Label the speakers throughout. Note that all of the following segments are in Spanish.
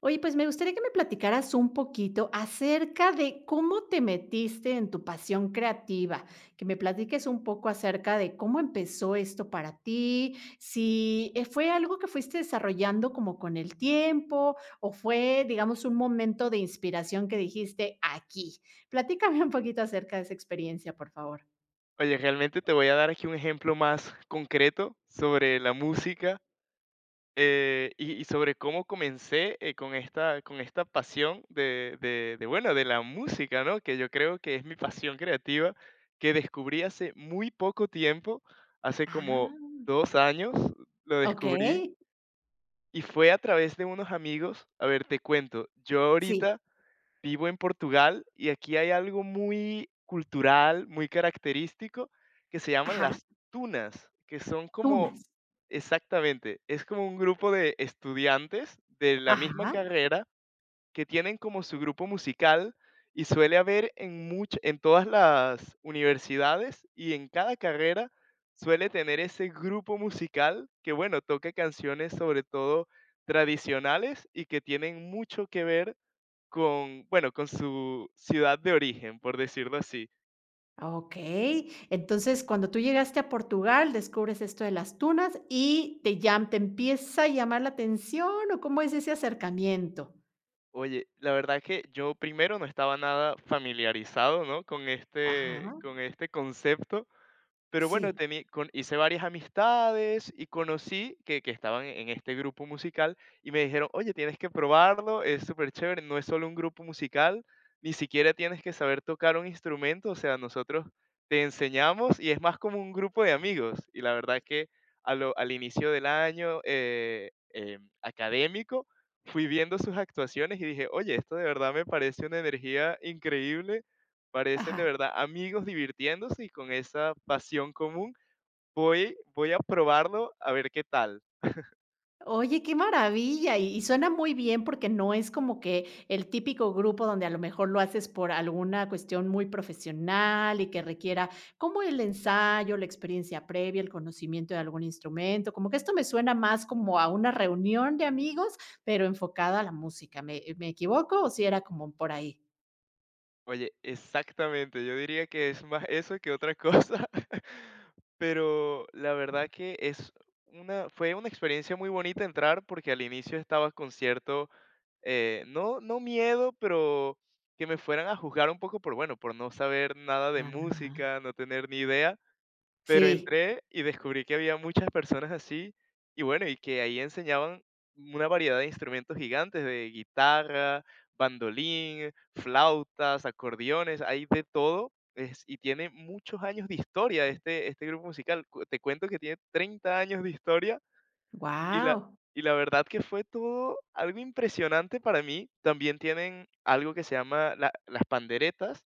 Speaker 1: Oye, pues me gustaría que me platicaras un poquito acerca de cómo te metiste en tu pasión creativa, que me platiques un poco acerca de cómo empezó esto para ti, si fue algo que fuiste desarrollando como con el tiempo o fue, digamos, un momento de inspiración que dijiste aquí. Platícame un poquito acerca de esa experiencia, por favor.
Speaker 2: Oye, realmente te voy a dar aquí un ejemplo más concreto sobre la música, y, sobre cómo comencé, con esta pasión bueno, de la música, ¿no? Que yo creo que es mi pasión creativa, que descubrí hace muy poco tiempo, hace como
Speaker 1: Ah,
Speaker 2: 2 años lo
Speaker 1: ok,
Speaker 2: descubrí, y fue a través de unos amigos. A ver, te cuento, yo
Speaker 1: sí,
Speaker 2: ahorita vivo en Portugal y aquí hay algo muy cultural, muy característico, que se llaman
Speaker 1: ajá,
Speaker 2: las tunas, que son como,
Speaker 1: tunas,
Speaker 2: exactamente, es como un grupo de estudiantes de la misma
Speaker 1: ajá.
Speaker 2: carrera que tienen como su grupo musical, y suele haber en en todas las universidades, y en cada carrera suele tener ese grupo musical que, bueno, toca canciones sobre todo tradicionales y que tienen mucho que ver con, bueno, con su ciudad de origen, por decirlo así.
Speaker 1: Okey. Entonces, cuando tú llegaste a Portugal, descubres esto de las tunas y ¿te empieza a llamar la atención o cómo es ese acercamiento?
Speaker 2: Oye, la verdad que yo primero no estaba nada familiarizado, ¿no?
Speaker 1: Ajá,
Speaker 2: Con este concepto. Pero bueno,
Speaker 1: sí,
Speaker 2: tení con hice varias amistades y conocí que estaban en este grupo musical, y me dijeron: "Oye, tienes que probarlo, es súper chévere, no es solo un grupo musical, ni siquiera tienes que saber tocar un instrumento, o sea, nosotros te enseñamos y es más como un grupo de amigos". Y la verdad que a lo al inicio del año, académico, fui viendo sus actuaciones y dije: "Oye, esto de verdad me parece una energía increíble. Parecen de
Speaker 1: ajá.
Speaker 2: verdad amigos divirtiéndose y con esa pasión común. Voy a probarlo a ver qué tal".
Speaker 1: Oye, qué maravilla. Y suena muy bien, porque no es como que el típico grupo donde a lo mejor lo haces por alguna cuestión muy profesional y que requiera como el ensayo, la experiencia previa, el conocimiento de algún instrumento. Como que esto me suena más como a una reunión de amigos, pero enfocada a la música. ¿Me equivoco o si era como por ahí?
Speaker 2: Oye, exactamente, yo diría que es más eso que otra cosa, pero la verdad que es fue una experiencia muy bonita entrar, porque al inicio estaba con cierto, no, no miedo, pero que me fueran a juzgar un poco por, bueno, por no saber nada de
Speaker 1: Ah.
Speaker 2: música, no tener ni idea. Pero
Speaker 1: Sí.
Speaker 2: entré y descubrí que había muchas personas así, y bueno, y que ahí enseñaban una variedad de instrumentos gigantes: de guitarra, bandolín, flautas, acordeones, hay de todo, es y tiene muchos años de historia este este grupo musical. Cu Te cuento que tiene 30 años de historia, y la
Speaker 1: Wow.
Speaker 2: y la verdad que fue todo algo impresionante para mí. También tienen algo que se llama la las panderetas,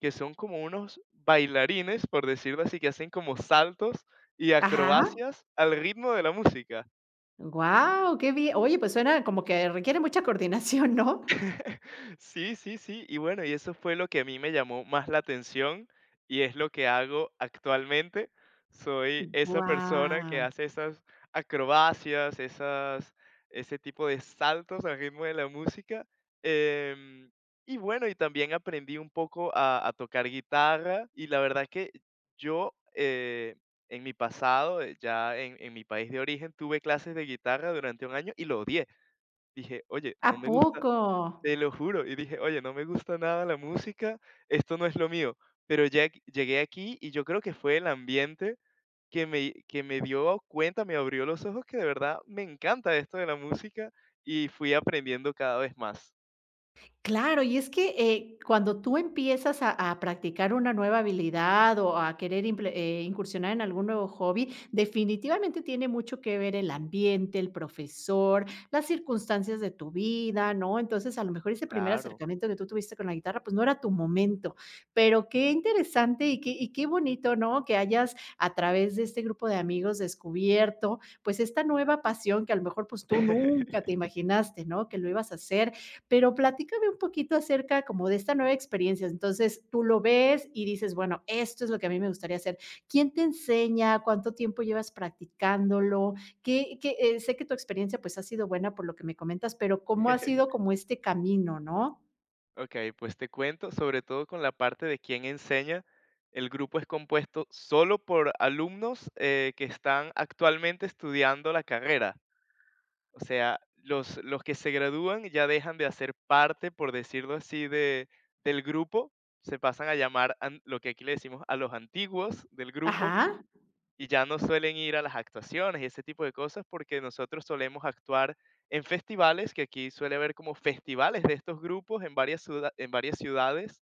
Speaker 2: que son como unos bailarines, por decirlo así, que hacen como saltos y
Speaker 1: Ajá.
Speaker 2: acrobacias al ritmo de la música.
Speaker 1: Wow. Qué bien. Oye, pues suena como que requiere mucha coordinación, ¿no?
Speaker 2: Sí, sí, sí. Y bueno, y eso fue lo que a mí me llamó más la atención, y es lo que hago actualmente. Soy esa persona que
Speaker 1: Wow.
Speaker 2: hace esas acrobacias, esas, ese tipo de saltos al ritmo de la música. Em, y bueno, y también aprendí un poco a tocar guitarra. Y la verdad que yo, en mi pasado, ya en mi país de origen, tuve clases de guitarra durante un año y lo odié. Dije: "Oye,
Speaker 1: ¿A
Speaker 2: no me gusta,
Speaker 1: poco?
Speaker 2: te lo juro". Y dije: "Oye, no me gusta nada la música, esto no es lo mío". Pero ya q llegué aquí y yo creo que fue el ambiente que me dio cuenta, me abrió los ojos que de verdad me encanta esto de la música, y fui aprendiendo cada vez más.
Speaker 1: Claro, y es que, cuando tú empiezas a practicar una nueva habilidad o a querer imple incursionar en algún nuevo hobby, definitivamente tiene mucho que ver el ambiente, el profesor, las circunstancias de tu vida, ¿no? Entonces, a lo mejor ese primer
Speaker 2: Claro.
Speaker 1: acercamiento que tú tuviste con la guitarra, pues, no era tu momento, pero qué interesante y qué bonito, ¿no? Que hayas, a través de este grupo de amigos, descubierto, pues, esta nueva pasión que a lo mejor, pues, tú nunca te imaginaste, ¿no? Que lo ibas a hacer, pero platícame un poquito acerca como de esta nueva experiencia. Entonces, tú lo ves y dices, bueno, esto es lo que a mí me gustaría hacer. ¿Quién te enseña? ¿Cuánto tiempo llevas practicándolo? ¿Sé que tu experiencia pues ha sido buena por lo que me comentas, pero cómo ha sido como este camino, ¿no?
Speaker 2: Okey, pues te cuento, sobre todo con la parte de quién enseña. El grupo es compuesto solo por alumnos, que están actualmente estudiando la carrera. O sea, los que se gradúan ya dejan de hacer parte, por decirlo así, del grupo, se pasan a llamar lo que aquí le decimos a los antiguos del grupo,
Speaker 1: Ajá.
Speaker 2: y ya no suelen ir a las actuaciones y ese tipo de cosas, porque nosotros solemos actuar en festivales, que aquí suele haber como festivales de estos grupos en en varias ciudades.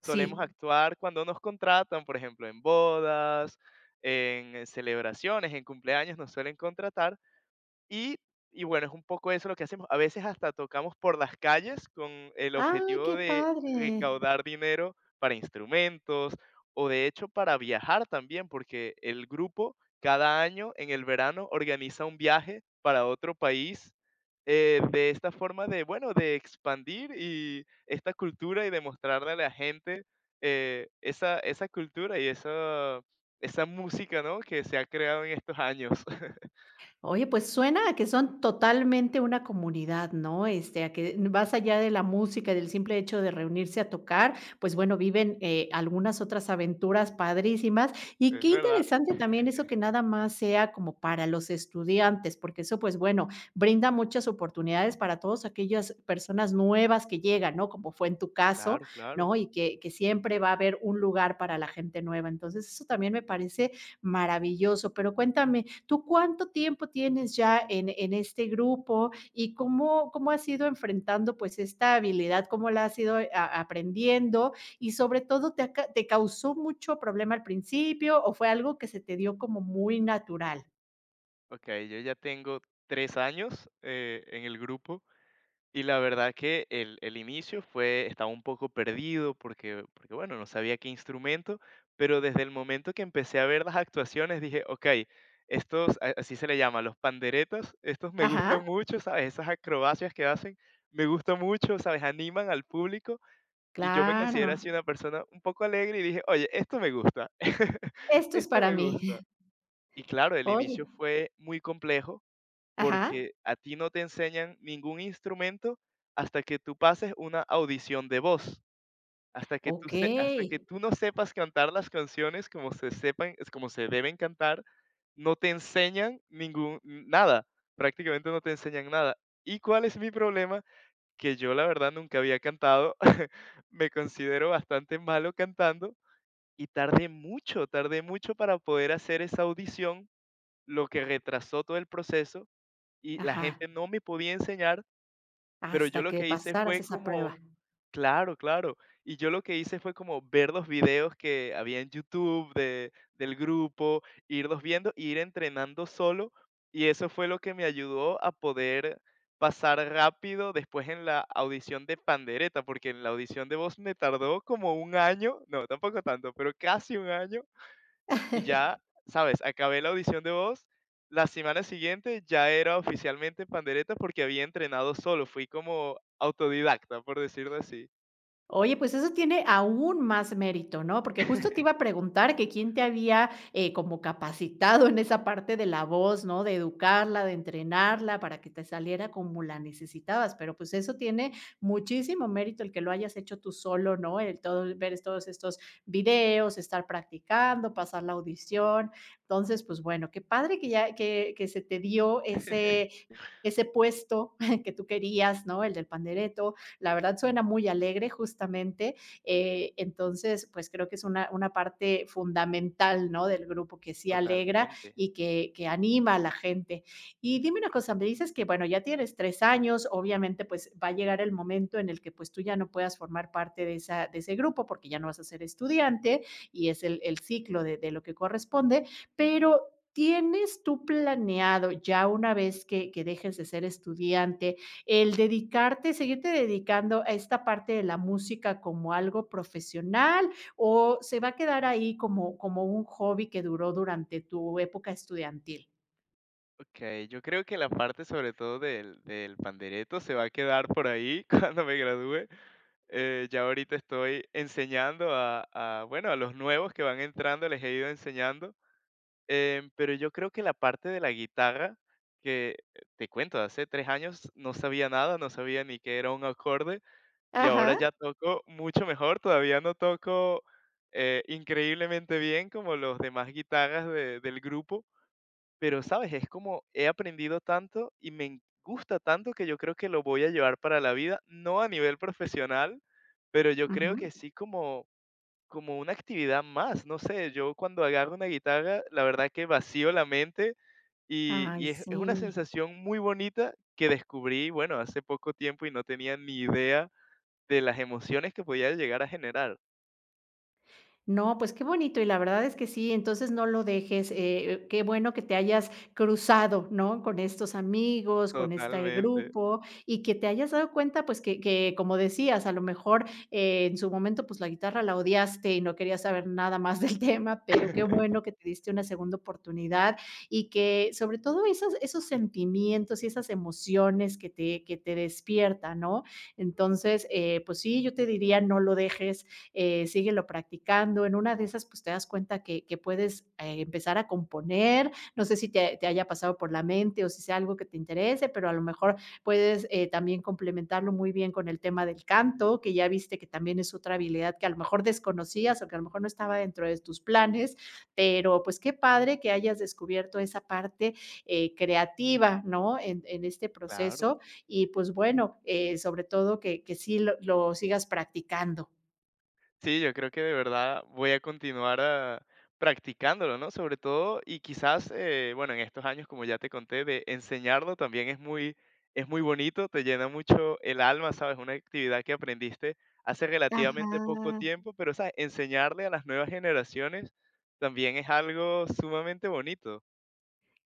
Speaker 2: Solemos
Speaker 1: Sí.
Speaker 2: actuar cuando nos contratan, por ejemplo, en bodas, en celebraciones, en cumpleaños nos suelen contratar, y y bueno, es un poco eso lo que hacemos. A veces hasta tocamos por las calles con el
Speaker 1: Ay,
Speaker 2: objetivo
Speaker 1: qué
Speaker 2: de
Speaker 1: padre.
Speaker 2: recaudar dinero para instrumentos, o de hecho para viajar también, porque el grupo cada año en el verano organiza un viaje para otro país, de esta forma de, bueno, de expandir y esta cultura y demostrarle a la gente, esa, esa cultura y esa música, ¿no? Que se ha creado en estos años.
Speaker 1: Oye, pues suena a que son totalmente una comunidad, ¿no? Este, a que más allá de la música, y del simple hecho de reunirse a tocar, pues bueno, viven algunas otras aventuras padrísimas. Y
Speaker 2: Es
Speaker 1: qué
Speaker 2: verdad.
Speaker 1: interesante también eso que nada más sea como para los estudiantes, porque eso, pues bueno, brinda muchas oportunidades para todas aquellas personas nuevas que llegan, ¿no? Como fue en tu caso,
Speaker 2: Claro, claro.
Speaker 1: ¿no? Y que siempre va a haber un lugar para la gente nueva. Entonces, eso también me parece maravilloso. Pero cuéntame, ¿tú cuánto tiempo tienes ya en este grupo y cómo has ido enfrentando, pues, esta habilidad? ¿Cómo la has ido a aprendiendo? Y sobre todo, ¿te ha ca te causó mucho problema al principio o fue algo que se te dio como muy natural?
Speaker 2: Ok, yo ya tengo 3 años en el grupo, y la verdad que el inicio fue, estaba un poco perdido, porque, bueno, no sabía qué instrumento, pero desde el momento que empecé a ver las actuaciones dije: "Ok, estos, así se le llama, los panderetas, estos me
Speaker 1: Ajá,
Speaker 2: gustan mucho, ¿sabes? Esas acrobacias que hacen, me gusta mucho, ¿sabes? Animan al público". Y yo me considero
Speaker 1: claro.
Speaker 2: así una persona un poco alegre, y dije: "Oye, esto me gusta,
Speaker 1: Esto es
Speaker 2: esto
Speaker 1: para
Speaker 2: me
Speaker 1: mí.
Speaker 2: gusta". Y claro, el
Speaker 1: Oye,
Speaker 2: inicio fue muy complejo,
Speaker 1: ajá,
Speaker 2: porque a ti no te enseñan ningún instrumento hasta que tú pases una audición de voz, hasta que tú se
Speaker 1: okey,
Speaker 2: hasta que tú no sepas cantar las canciones como se sepan, es como se deben cantar, no te enseñan ningún nada, prácticamente no te enseñan nada. ¿Y cuál es mi problema? Que yo la verdad nunca había cantado, me considero bastante malo cantando, y tardé mucho para poder hacer esa audición, lo que retrasó todo el proceso, y la
Speaker 1: ajá,
Speaker 2: gente no me podía enseñar, pero yo
Speaker 1: hasta
Speaker 2: lo
Speaker 1: que
Speaker 2: que hice
Speaker 1: pasaras
Speaker 2: fue
Speaker 1: esa
Speaker 2: como,
Speaker 1: prueba.
Speaker 2: claro, claro, y yo lo que hice fue como ver los videos que había en YouTube del grupo, irlos viendo, e ir entrenando solo, y eso fue lo que me ayudó a poder pasar rápido después en la audición de pandereta, porque en la audición de voz me tardó como un año, no, tampoco tanto, pero casi un año, y ya, ¿sabes? Acabé la audición de voz. La semana siguiente ya era oficialmente pandereta, porque había entrenado solo, fui como autodidacta, por decirlo así.
Speaker 1: Oye, pues eso tiene aún más mérito, ¿no? Porque justo te iba a preguntar que quién te había, como capacitado en esa parte de la voz, ¿no? De educarla, de entrenarla para que te saliera como la necesitabas, pero, pues, eso tiene muchísimo mérito el que lo hayas hecho tú solo, ¿no? El todo ver todos estos videos, estar practicando, pasar la audición. Entonces, pues, bueno, qué padre que ya que se te dio ese ese puesto que tú querías, ¿no? El del pandereto, la verdad suena muy alegre justamente. Entonces, pues creo que es una parte fundamental, ¿no? Del grupo que sí alegra
Speaker 2: Totalmente.
Speaker 1: y que anima a la gente. Y dime una cosa, me dices que, bueno, ya tienes 3 años, obviamente, pues va a llegar el momento en el que pues tú ya no puedas formar parte de ese grupo porque ya no vas a ser estudiante y es el ciclo de lo que corresponde, pero ¿tienes tú planeado ya una vez que dejes de ser estudiante el dedicarte, seguirte dedicando a esta parte de la música como algo profesional, o se va a quedar ahí como un hobby que duró durante tu época estudiantil?
Speaker 2: Okey, yo creo que la parte sobre todo del pandereto se va a quedar por ahí cuando me gradúe. Ya ahorita estoy enseñando a, bueno, a los nuevos que van entrando, les he ido enseñando. Pero yo creo que la parte de la guitarra, que, te cuento, hace 3 años no sabía nada, no sabía ni qué era un acorde, y ahora
Speaker 1: Ajá.
Speaker 2: ya toco mucho mejor, todavía no toco, increíblemente bien como los demás guitarras de del grupo, pero, ¿sabes? Es como he aprendido tanto y me en gusta tanto, que yo creo que lo voy a llevar para la vida, no a nivel profesional, pero yo creo que
Speaker 1: Ujú.
Speaker 2: sí, como como una actividad más, no sé, yo cuando agarro una guitarra, la verdad que vacío la mente,
Speaker 1: Ay,
Speaker 2: y es una
Speaker 1: sí.
Speaker 2: sensación muy bonita que descubrí, bueno, hace poco tiempo, y no tenía ni idea de las emociones que podía llegar a generar.
Speaker 1: No, pues qué bonito, y la verdad es que sí, entonces no lo dejes, qué bueno que te hayas cruzado, ¿no? Con estos amigos, con este
Speaker 2: Totalmente,
Speaker 1: grupo y que te hayas dado cuenta, pues que, como decías, a lo mejor, en su momento, pues la guitarra la odiaste y no querías saber nada más del tema, pero qué bueno que te diste una segunda oportunidad y que, sobre todo, esos sentimientos y esas emociones que te despierta, ¿no? Entonces, pues sí, yo te diría, no lo dejes, síguelo practicando. En una de esas, pues te das cuenta que puedes empezar a componer. No sé si te, haya pasado por la mente o si sea algo que te interese, pero a lo mejor puedes también complementarlo muy bien con el tema del canto, que ya viste que también es otra habilidad que a lo mejor desconocías o que a lo mejor no estaba dentro de tus planes, pero pues qué padre que hayas descubierto esa parte creativa, ¿no? En este
Speaker 2: claro.
Speaker 1: proceso y pues bueno, sobre todo que sí lo sigas practicando.
Speaker 2: Sí, yo creo que de verdad voy a continuar practicándolo, ¿no? Sobre todo, y quizás, bueno, en estos años, como ya te conté, de enseñarlo también es muy bonito, te llena mucho el alma, ¿sabes? Una actividad que aprendiste hace
Speaker 1: Ajá.
Speaker 2: relativamente poco tiempo, pero, ¿sabes? Enseñarle a las nuevas generaciones también es algo sumamente bonito.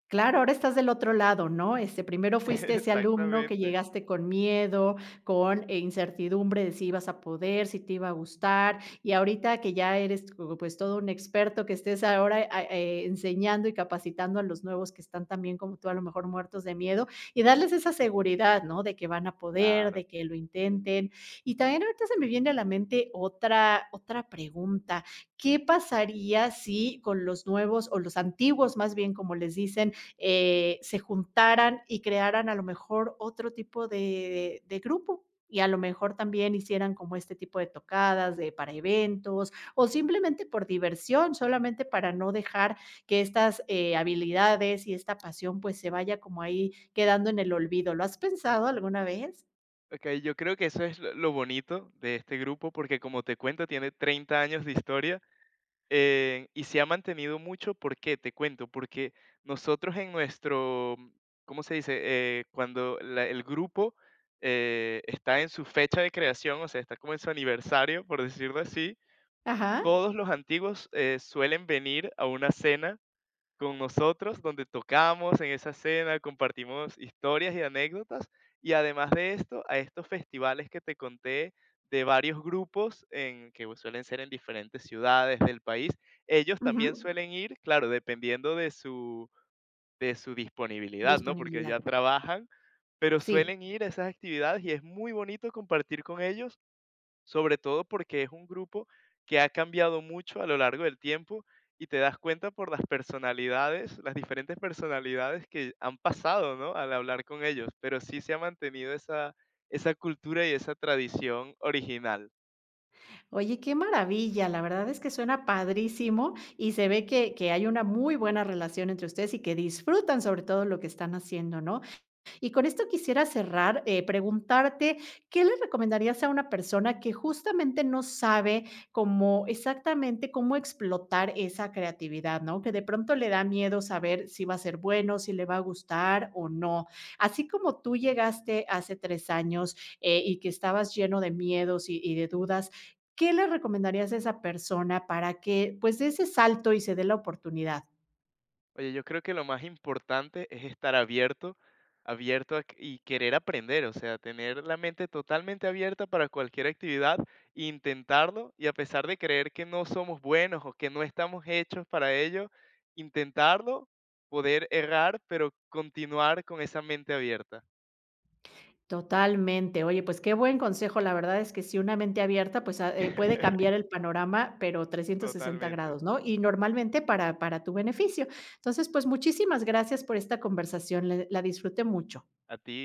Speaker 1: Claro, ahora estás del otro lado, ¿no? Este, primero fuiste ese alumno que
Speaker 2: Exactamente.
Speaker 1: llegaste con miedo, con, incertidumbre de si ibas a poder, si te iba a gustar, y ahorita que ya eres, co pues, todo un experto, que estés ahora, enseñando y capacitando a los nuevos que están también como tú, a lo mejor, muertos de miedo, y darles esa seguridad, ¿no? De que van a poder,
Speaker 2: Claro.
Speaker 1: de que lo intenten. Y también ahorita se me viene a la mente otra pregunta, ¿qué pasaría si con los nuevos, o los antiguos, más bien, como les dicen, se juntaran y crearan a lo mejor otro tipo de grupo? Y a lo mejor también hicieran como este tipo de tocadas para eventos o simplemente por diversión, solamente para no dejar que estas habilidades y esta pasión pues se vaya como ahí quedando en el olvido. ¿Lo has pensado alguna vez?
Speaker 2: Ok, yo creo que eso es lo bonito de este grupo, porque como te cuento, tiene 30 años de historia. Y se ha mantenido mucho, ¿por qué? Te cuento, porque nosotros en nuestro, ¿cómo se dice? Cuando el grupo, está en su fecha de creación, o sea, está como en su aniversario, por decirlo así,
Speaker 1: Ajá.
Speaker 2: todos los antiguos suelen venir a una cena con nosotros, donde tocamos en esa cena, compartimos historias y anécdotas. Y además de esto, a estos festivales que te conté, de varios grupos en, que suelen ser en diferentes ciudades del país, ellos también
Speaker 1: Ujú.
Speaker 2: suelen ir, claro, dependiendo de su disponibilidad, ¿no? Porque
Speaker 1: Disponibilidad.
Speaker 2: ya trabajan, pero
Speaker 1: Sí.
Speaker 2: suelen ir a esas actividades, y es muy bonito compartir con ellos, sobre todo porque es un grupo que ha cambiado mucho a lo largo del tiempo, y te das cuenta por las personalidades, las diferentes personalidades que han pasado, ¿no? Al hablar con ellos, pero sí se ha mantenido esa, esa cultura y esa tradición original.
Speaker 1: Oye, qué maravilla, la verdad es que suena padrísimo y se ve que hay una muy buena relación entre ustedes y que disfrutan sobre todo lo que están haciendo, ¿no? Y con esto quisiera cerrar, preguntarte, ¿qué le recomendarías a una persona que justamente no sabe cómo exactamente cómo explotar esa creatividad? ¿No? Que de pronto le da miedo saber si va a ser bueno, si le va a gustar o no. Así como tú llegaste hace 3 años y que estabas lleno de miedos y de dudas, ¿qué le recomendarías a esa persona para que pues dé ese salto y se dé la oportunidad?
Speaker 2: Oye, yo creo que lo más importante es estar abierto, abierto a y querer aprender, o sea, tener la mente totalmente abierta para cualquier actividad, intentarlo, y a pesar de creer que no somos buenos o que no estamos hechos para ello, intentarlo, poder errar, pero continuar con esa mente abierta.
Speaker 1: Totalmente. Oye, pues qué buen consejo. La verdad es que si una mente abierta, pues, puede cambiar el panorama, pero trescientos sesenta
Speaker 2: Totalmente.
Speaker 1: grados, ¿no? Y normalmente para tu beneficio. Entonces, pues, muchísimas gracias por esta conversación, le la disfruté mucho.
Speaker 2: A ti.